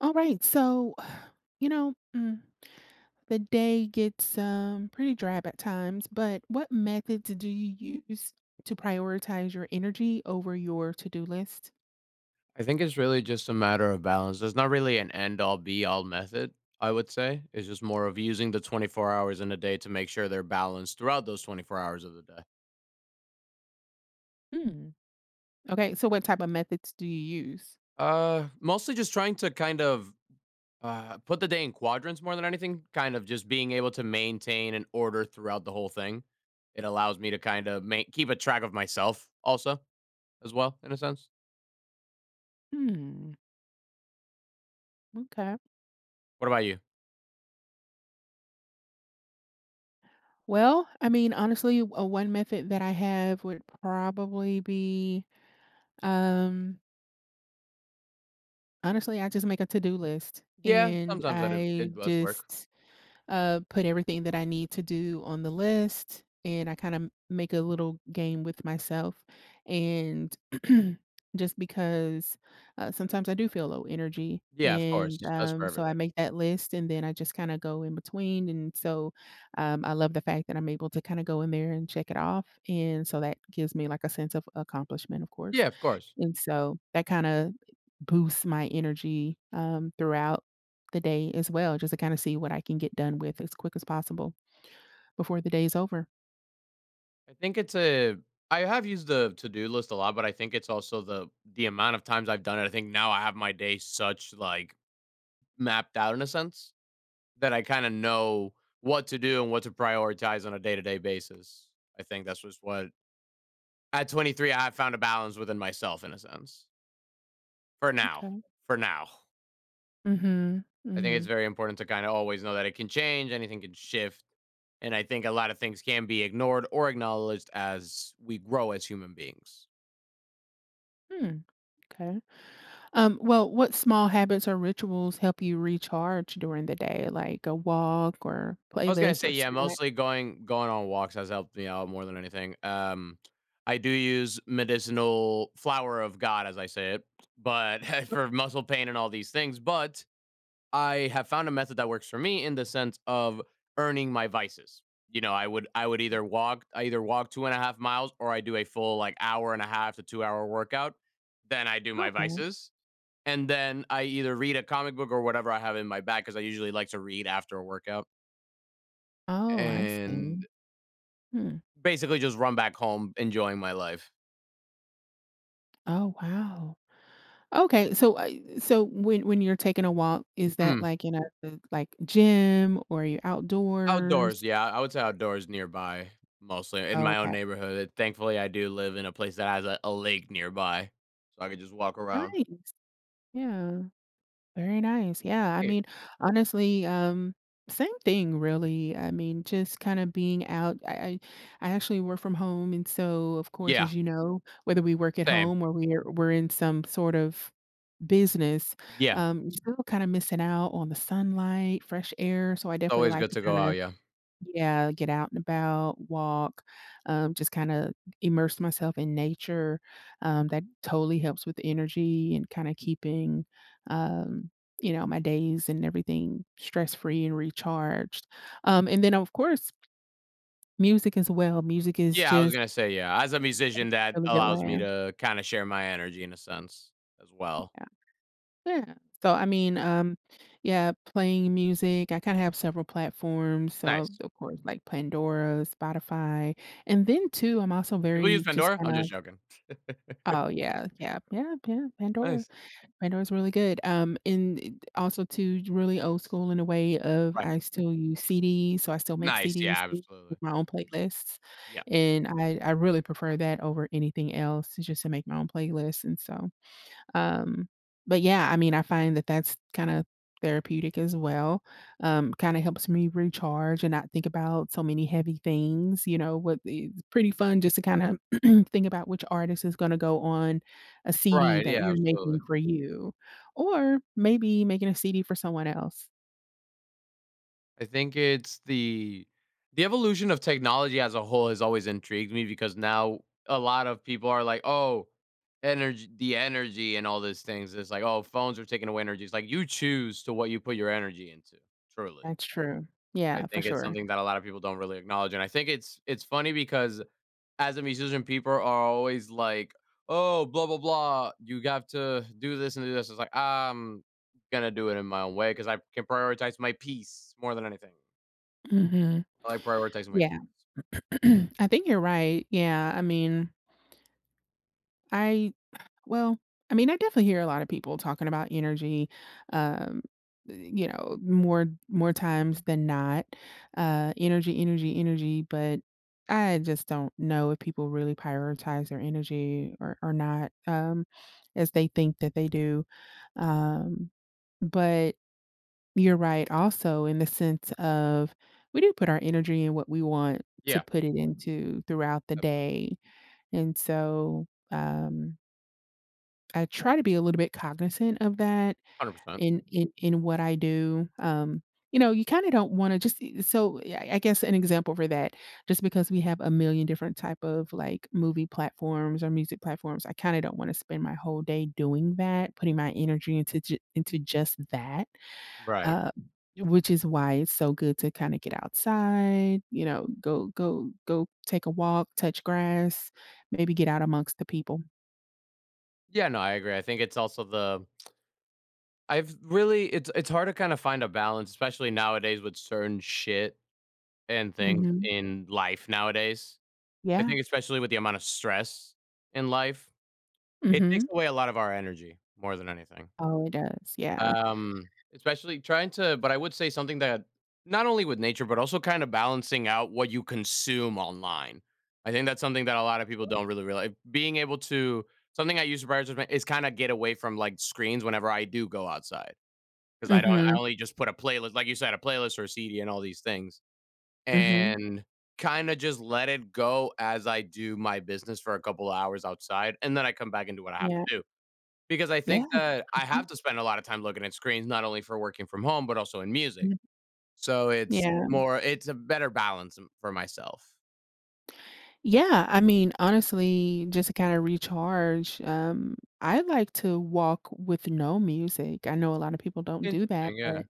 All right. So, you know, mm, the day gets pretty drab at times, but what methods do you use to prioritize your energy over your to do list? I think it's really just a matter of balance. There's not really an end all be all method, I would say. It's just more of using the 24 hours in a day to make sure they're balanced throughout those 24 hours of the day. Hmm. Okay. So, what type of methods do you use? Mostly just trying to kind of put the day in quadrants more than anything, kind of just being able to maintain an order throughout the whole thing. It allows me to kind of make, keep a track of myself also, as well, in a sense. Hmm. Okay. What about you? Well, I mean, honestly, one method that I have would probably be um, honestly, I just make a to do list, Yeah, and sometimes that it, I it does work. just put everything that I need to do on the list, and I kind of make a little game with myself. And just because sometimes I do feel low energy, Yeah, of and course. That's for so I everybody. make that list, and then I just kind of go in between. And so I love the fact that I'm able to kind of go in there and check it off, and so that gives me like a sense of accomplishment, of course. Yeah, of course. And so that kinda boosts my energy, throughout the day as well, just to kinda see what I can get done with as quick as possible before the day is over. I think it's a I have used the to-do list a lot, but I think it's also the amount of times I've done it. I think now I have my day such like mapped out in a sense that I kind of know what to do and what to prioritize on a day-to-day basis. I think that's just what at 23 I have found a balance within myself in a sense. For now. Okay. For now. Mhm. I think it's Mhm. very important to kind of always know that it can change, anything can shift. And I think a lot of things can be ignored or acknowledged as we grow as human beings. Hmm, okay. Well, what small habits or rituals help you recharge during the day, like a walk or I was gonna playlist say, or yeah, snack? mostly going on walks has helped me out more than anything. I do use medicinal flower of God, as I say it, but for muscle pain and all these things. But I have found a method that works for me in the sense of earning my vices. You know, I either walk 2.5 miles or I do a full like hour and a half to 2 hour workout. Then I do my Okay. vices. And then I either read a comic book or whatever I have in my bag because I usually like to read after a workout Oh, I see. and Hmm. basically just run back home enjoying my life. Oh, wow. Okay, so, so when you're taking a walk, is that Mm, like in a, like, gym, or are you outdoors? Outdoors, yeah, I would say outdoors nearby, mostly in my own Okay, neighborhood. Thankfully, I do live in a place that has a lake nearby, so I could just walk around. nice. Yeah, very nice. Yeah, I Hey, mean, honestly, same thing really. I mean, just kinda being out. I I actually work from home, and so, of course, yeah, as you know, whether we work at same. home or we're in some sort of business, Yeah, it's you're still kinda missing out on the sunlight, fresh air, so I definitely always like good to to go out, kinda yeah. yeah, get out and about, walk, just kinda immerse myself in nature. That totally helps with energy and kinda keeping, um, you know, my days and everything stress-free and recharged. And then, of course, music as well. Music is Yeah, I was just gonna say, yeah. As a musician, that a really good allows me way. to kind of share my energy in a sense as well. Yeah, yeah. So, I mean, yeah, playing music. I kinda have several platforms, so, Nice. of course, like Pandora, Spotify, and then too, I'm also People use very just Pandora? I'm just kinda joking. oh, yeah, yeah, yeah, yeah, Pandora. Nice. Pandora's really good, and it also too, really old school in a way of Right. I still use CDs, so I still make Nice. Yeah, CDs too absolutely. with my own playlists, Yeah. and I really prefer that over anything else just to make my own playlists, and so um, but yeah, I mean, I find that that's kinda therapeutic as well. Kinda helps me recharge and not think about so many heavy things, it's pretty fun just to kinda think about which artist is gonna go on a CD Right. that Yeah, you're making absolutely. for you, or maybe making a CD for someone else. I think it's The evolution of technology as a whole has always intrigued me because now a lot of people are like, "Oh, energy, the energy and all these things." It's like, "Oh, phones are taking away energy." It's like you choose to what you put your energy into. Truly. That's true. I Yeah, for think it's sure. something that a lot of people don't really acknowledge, and I think it's funny because as a musician people are always like, "Oh, blah blah blah, you have to do this and do this." It's like, "I'm going to do it in my own way because I can prioritize my peace more than anything." Mhm. I like prioritizing my Yeah. I think you're right. Yeah, I mean, I well, I mean, I definitely hear a lot of people talking about energy, um, you know, more times than not. Energy, energy, energy. But I just don't know if people really prioritize their energy or not, as they think that they do. Um, but you're right, also in the sense of we do put our energy in what we want to Yeah, put it into throughout the day, and so. Um, I try to be a little bit cognizant of that 100%. in in what I do. You know, you kind of don't want to just e so yeah, I guess an example for that, just because we have a million different type of, like, movie platforms or music platforms, I kinda don't wanna spend my whole day doing that, putting my energy into ju into just that, Right. uh, which is why it's so good to kinda get outside, you know, go take a walk, touch grass, maybe get out amongst the people. Yeah, no, I agree. I think it's also the I've really it's hard to kinda find a balance, especially nowadays with certain shit and things Mhm. in life nowadays. I Yeah. think especially with the amount of stress in life, it takes Mhm. away a lot of our energy more than anything. Oh, it does, yeah. Especially trying to but I would say something that not only with nature, but also kind of balancing out what you consume online. I think that's something that a lot of people don't really realize. Being able to Something I use to prioritize my- is kind of get away from like screens whenever I do go outside because I don't. I Mhm, only just put a playlist, like you said, a playlist or a CD and all these things, mhm, and kind of just let it go as I do my business for a couple of hours outside, and then I come back and do what I have yeah, to do. Because I yeah, think that I have mhm, to spend a lot of time looking at screens, not only for working from home, but also in music. mhm, So yeah. It's a better balance m for myself. Yeah, I mean, honestly, just to kinda recharge, I like to walk with no music. I know a lot of people don't do that, Interesting, yeah. but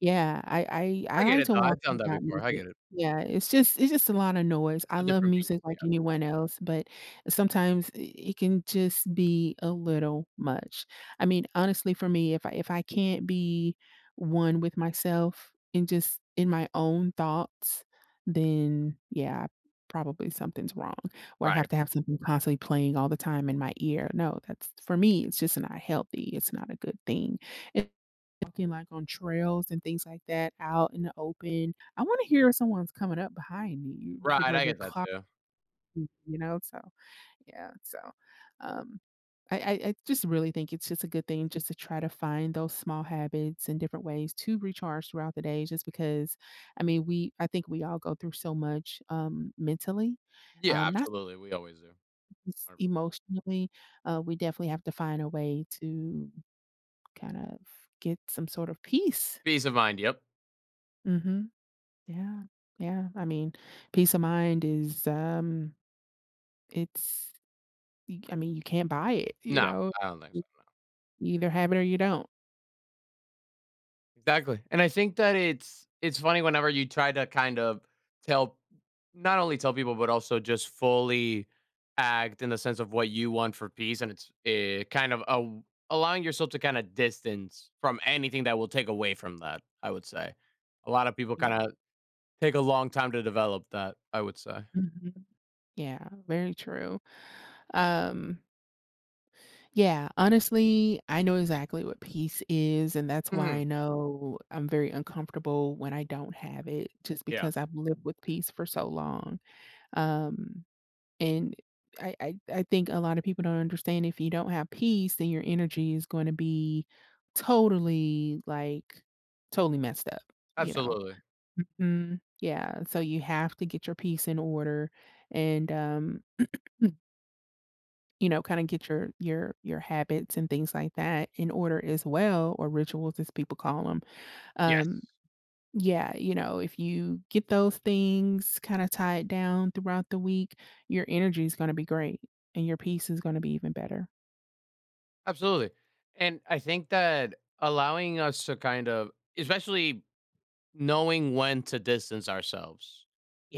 yeah, I I I I get like it, to though. walk I've done that without before. I music. get it. Yeah, it's just a lot of noise. I It's a love different music piece. like anyone else, but sometimes I it can just be a little much. I mean, honestly, for me, if I can't be one with myself and just in my own thoughts, then yeah, probably something's wrong, where I Right. have to have something constantly playing all the time in my ear. No, that's for me, it's just not healthy. It's not a good thing. Walking like on trails and things like that out in the open. I wanna hear someone's coming up behind me, you Right, get I ready to get that clock too. me, you know, so, yeah, so, um, I just really think it's just a good thing just to try to find those small habits and different ways to recharge throughout the day just because, I mean, we I think we all go through so much, mentally, Yeah, not absolutely. We always do. just Our emotionally, we definitely have to find a way to kind of get some sort of peace. peace of mind, yep. Mhm. Yeah, yeah. I mean, peace of mind is, it's, I mean, you can't buy it, you No, know, I don't think so. you either have it or you don't. Exactly. And I think that it's funny whenever you try to kind of tell not only tell people but also just fully act in the sense of what you want for peace and it's kind of a, allowing yourself to kind of distance from anything that will take away from that, I would say. A lot of people kind Yeah. of take a long time to develop that, I would say. Mhm. Yeah, very true. Um, yeah, honestly, I know exactly what peace is, and that's why Mhm. I know I'm very uncomfortable when I don't have it, just Yeah. because I've lived with peace for so long. Um, and I think a lot of people don't understand, if you don't have peace, then your energy is going to be totally like totally messed up, you know. Absolutely. Mm, yeah, so you have to get your peace in order, and um, you know, kind of get your habits and things like that in order as well, or rituals as people call them. Yes. Um, yeah, you know, if you get those things kind of tied down throughout the week, your energy is going to be great, and your peace is going to be even better. Absolutely. And I think that allowing us to kind of especially knowing when to distance ourselves.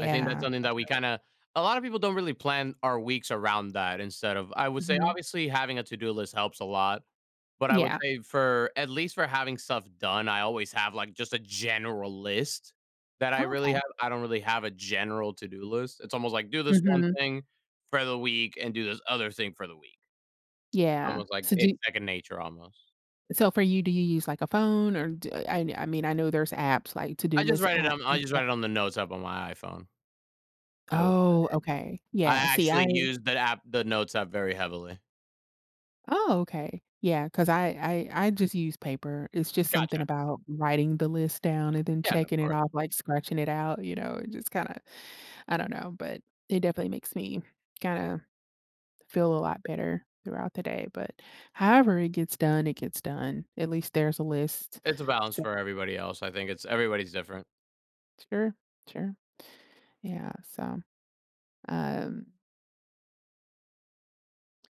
I think that's something that we kinda a lot of people don't really plan our weeks around that instead of I would say, Mhm. obviously, having a to-do list helps a lot, but I would Yeah. say for at least for having stuff done, I always have, like, just a general list that Oh, okay. I don't really have a general to-do list. It's almost like do this one Hmm. thing for the week and do this other thing for the week. It's Yeah. almost like it's second nature almost. So for you, do you use like a phone or do? I mean, I know there's apps like to do list apps I and just write stuff. it on the notes app on my iPhone, I would Oh, say. okay. I Yeah. See, actually I use the app The notes app very heavily. oh, okay. Yeah, cause I just use paper. It's just something Gotcha. about writing the list down and then Yeah, and of checking it course. off, like scratching it out, you know, it just kinda I don't know, but it definitely makes me kinda feel a lot better throughout the day, but however it gets done, it gets done. At least there's a list. It's a balance So for everybody else, I think it's everybody's different. sure, sure. Yeah, so, um,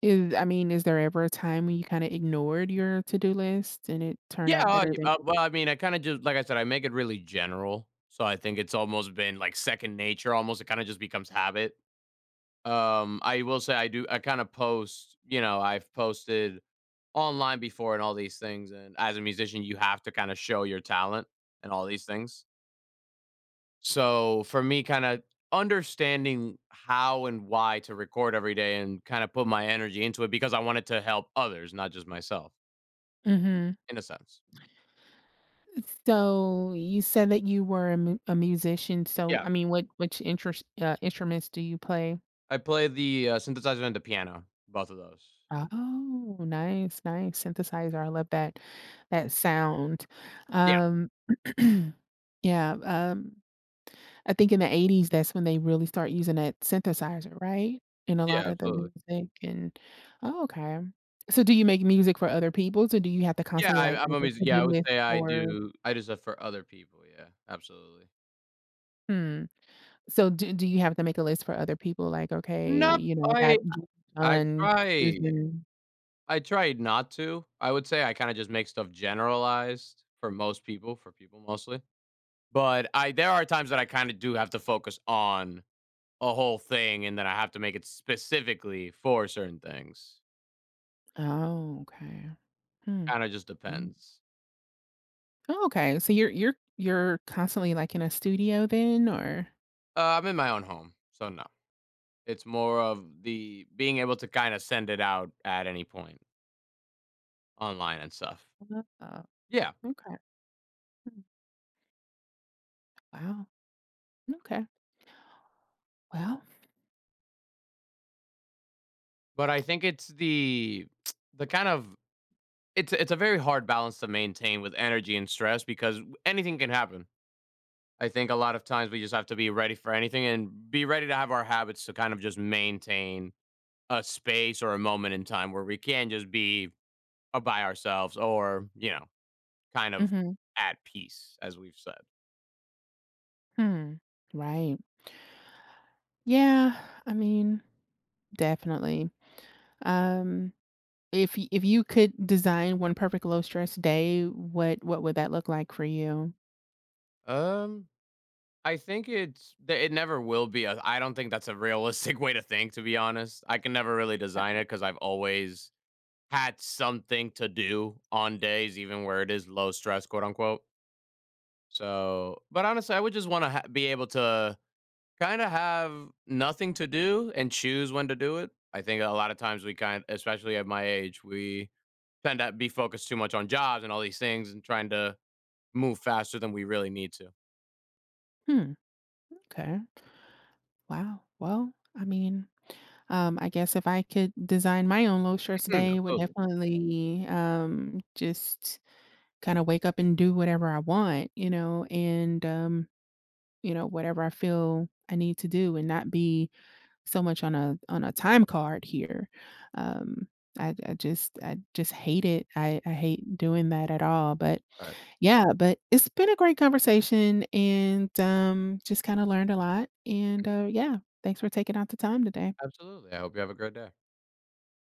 is I mean, is there ever a time when you kinda ignored your to-do list and it Yeah, turned out better than well, I mean, I kinda just like I said, I make it really general, so I think it's almost been, like, second nature almost, it kinda just becomes habit. I will say I do I kinda post you know, I've posted online before and all these things, and as a musician, you have to kinda show your talent and all these things. So for me, kind of understanding how and why to record every day and kind of put my energy into it because I wanted to help others, not just myself, mhm. in a sense. So you said that you were a, a musician. So Yeah. I mean, what which interest instruments do you play? I play the synthesizer and the piano, both of those. Oh, nice, nice synthesizer. I love that that sound. Yeah. Um, yeah. I think in the 80s, that's when they really start using that synthesizer, right? In a lot Yeah. of the Absolutely. music. And oh, okay. So do you make music for other people? So do you have to Yeah. constantly I, like I'm make a a music. to Yeah. I do would list say I for? do. I do stuff for other people. Yeah. Absolutely. Hmm. So do you have to make a list for other people? Like, okay, Nope. you know, I I got J I John, try Susan, I try not to. I would say I kind of just make stuff generalized for most people, for people mostly. But I there are times that I kinda do have to focus on a whole thing, and then I have to make it specifically for certain things. oh, okay. Hmm. Kinda just Mm. depends. Oh, okay. So you're constantly, like, in a studio then, or I'm in my own home, so no. It's more of the being able to kinda send it out at any point online and stuff. uh, Yeah, okay. Hmm. Wow. Okay. Well, but I think it's the the kind of it's a very hard balance to maintain with energy and stress because anything can happen. I think a lot of times we just have to be ready for anything and be ready to have our habits to kind of just maintain a space or a moment in time where we can just be by ourselves or, you know, kind of mhm. at peace, as we've said? Hmm. Right. Yeah, I mean, definitely. Um, if you could design one perfect low stress day, what would that look like for you? Um, I think it's that it never will be. A, I don't think that's a realistic way to think, to be honest. I can never really design it because I've always had something to do on days, even where it is low stress, quote unquote. So, but honestly, I would just want to be able to kinda have nothing to do and choose when to do it. I think a lot of times we kind especially at my age, we tend to be focused too much on jobs and all these things and trying to move faster than we really need to. Hmm, okay. Wow. Well, I mean, I guess if I could design my own little shirts Mhm, today, it would absolutely. definitely just kind of wake up and do whatever I want, you know, and you know, whatever I feel I need to do and not be so much on a time card here. Um, I just hate it. I hate doing that at all. But All right. yeah, but it's been a great conversation, and just kind of learned a lot. And Mhm. Yeah, thanks for taking out the time today. Absolutely. I hope you have a great day.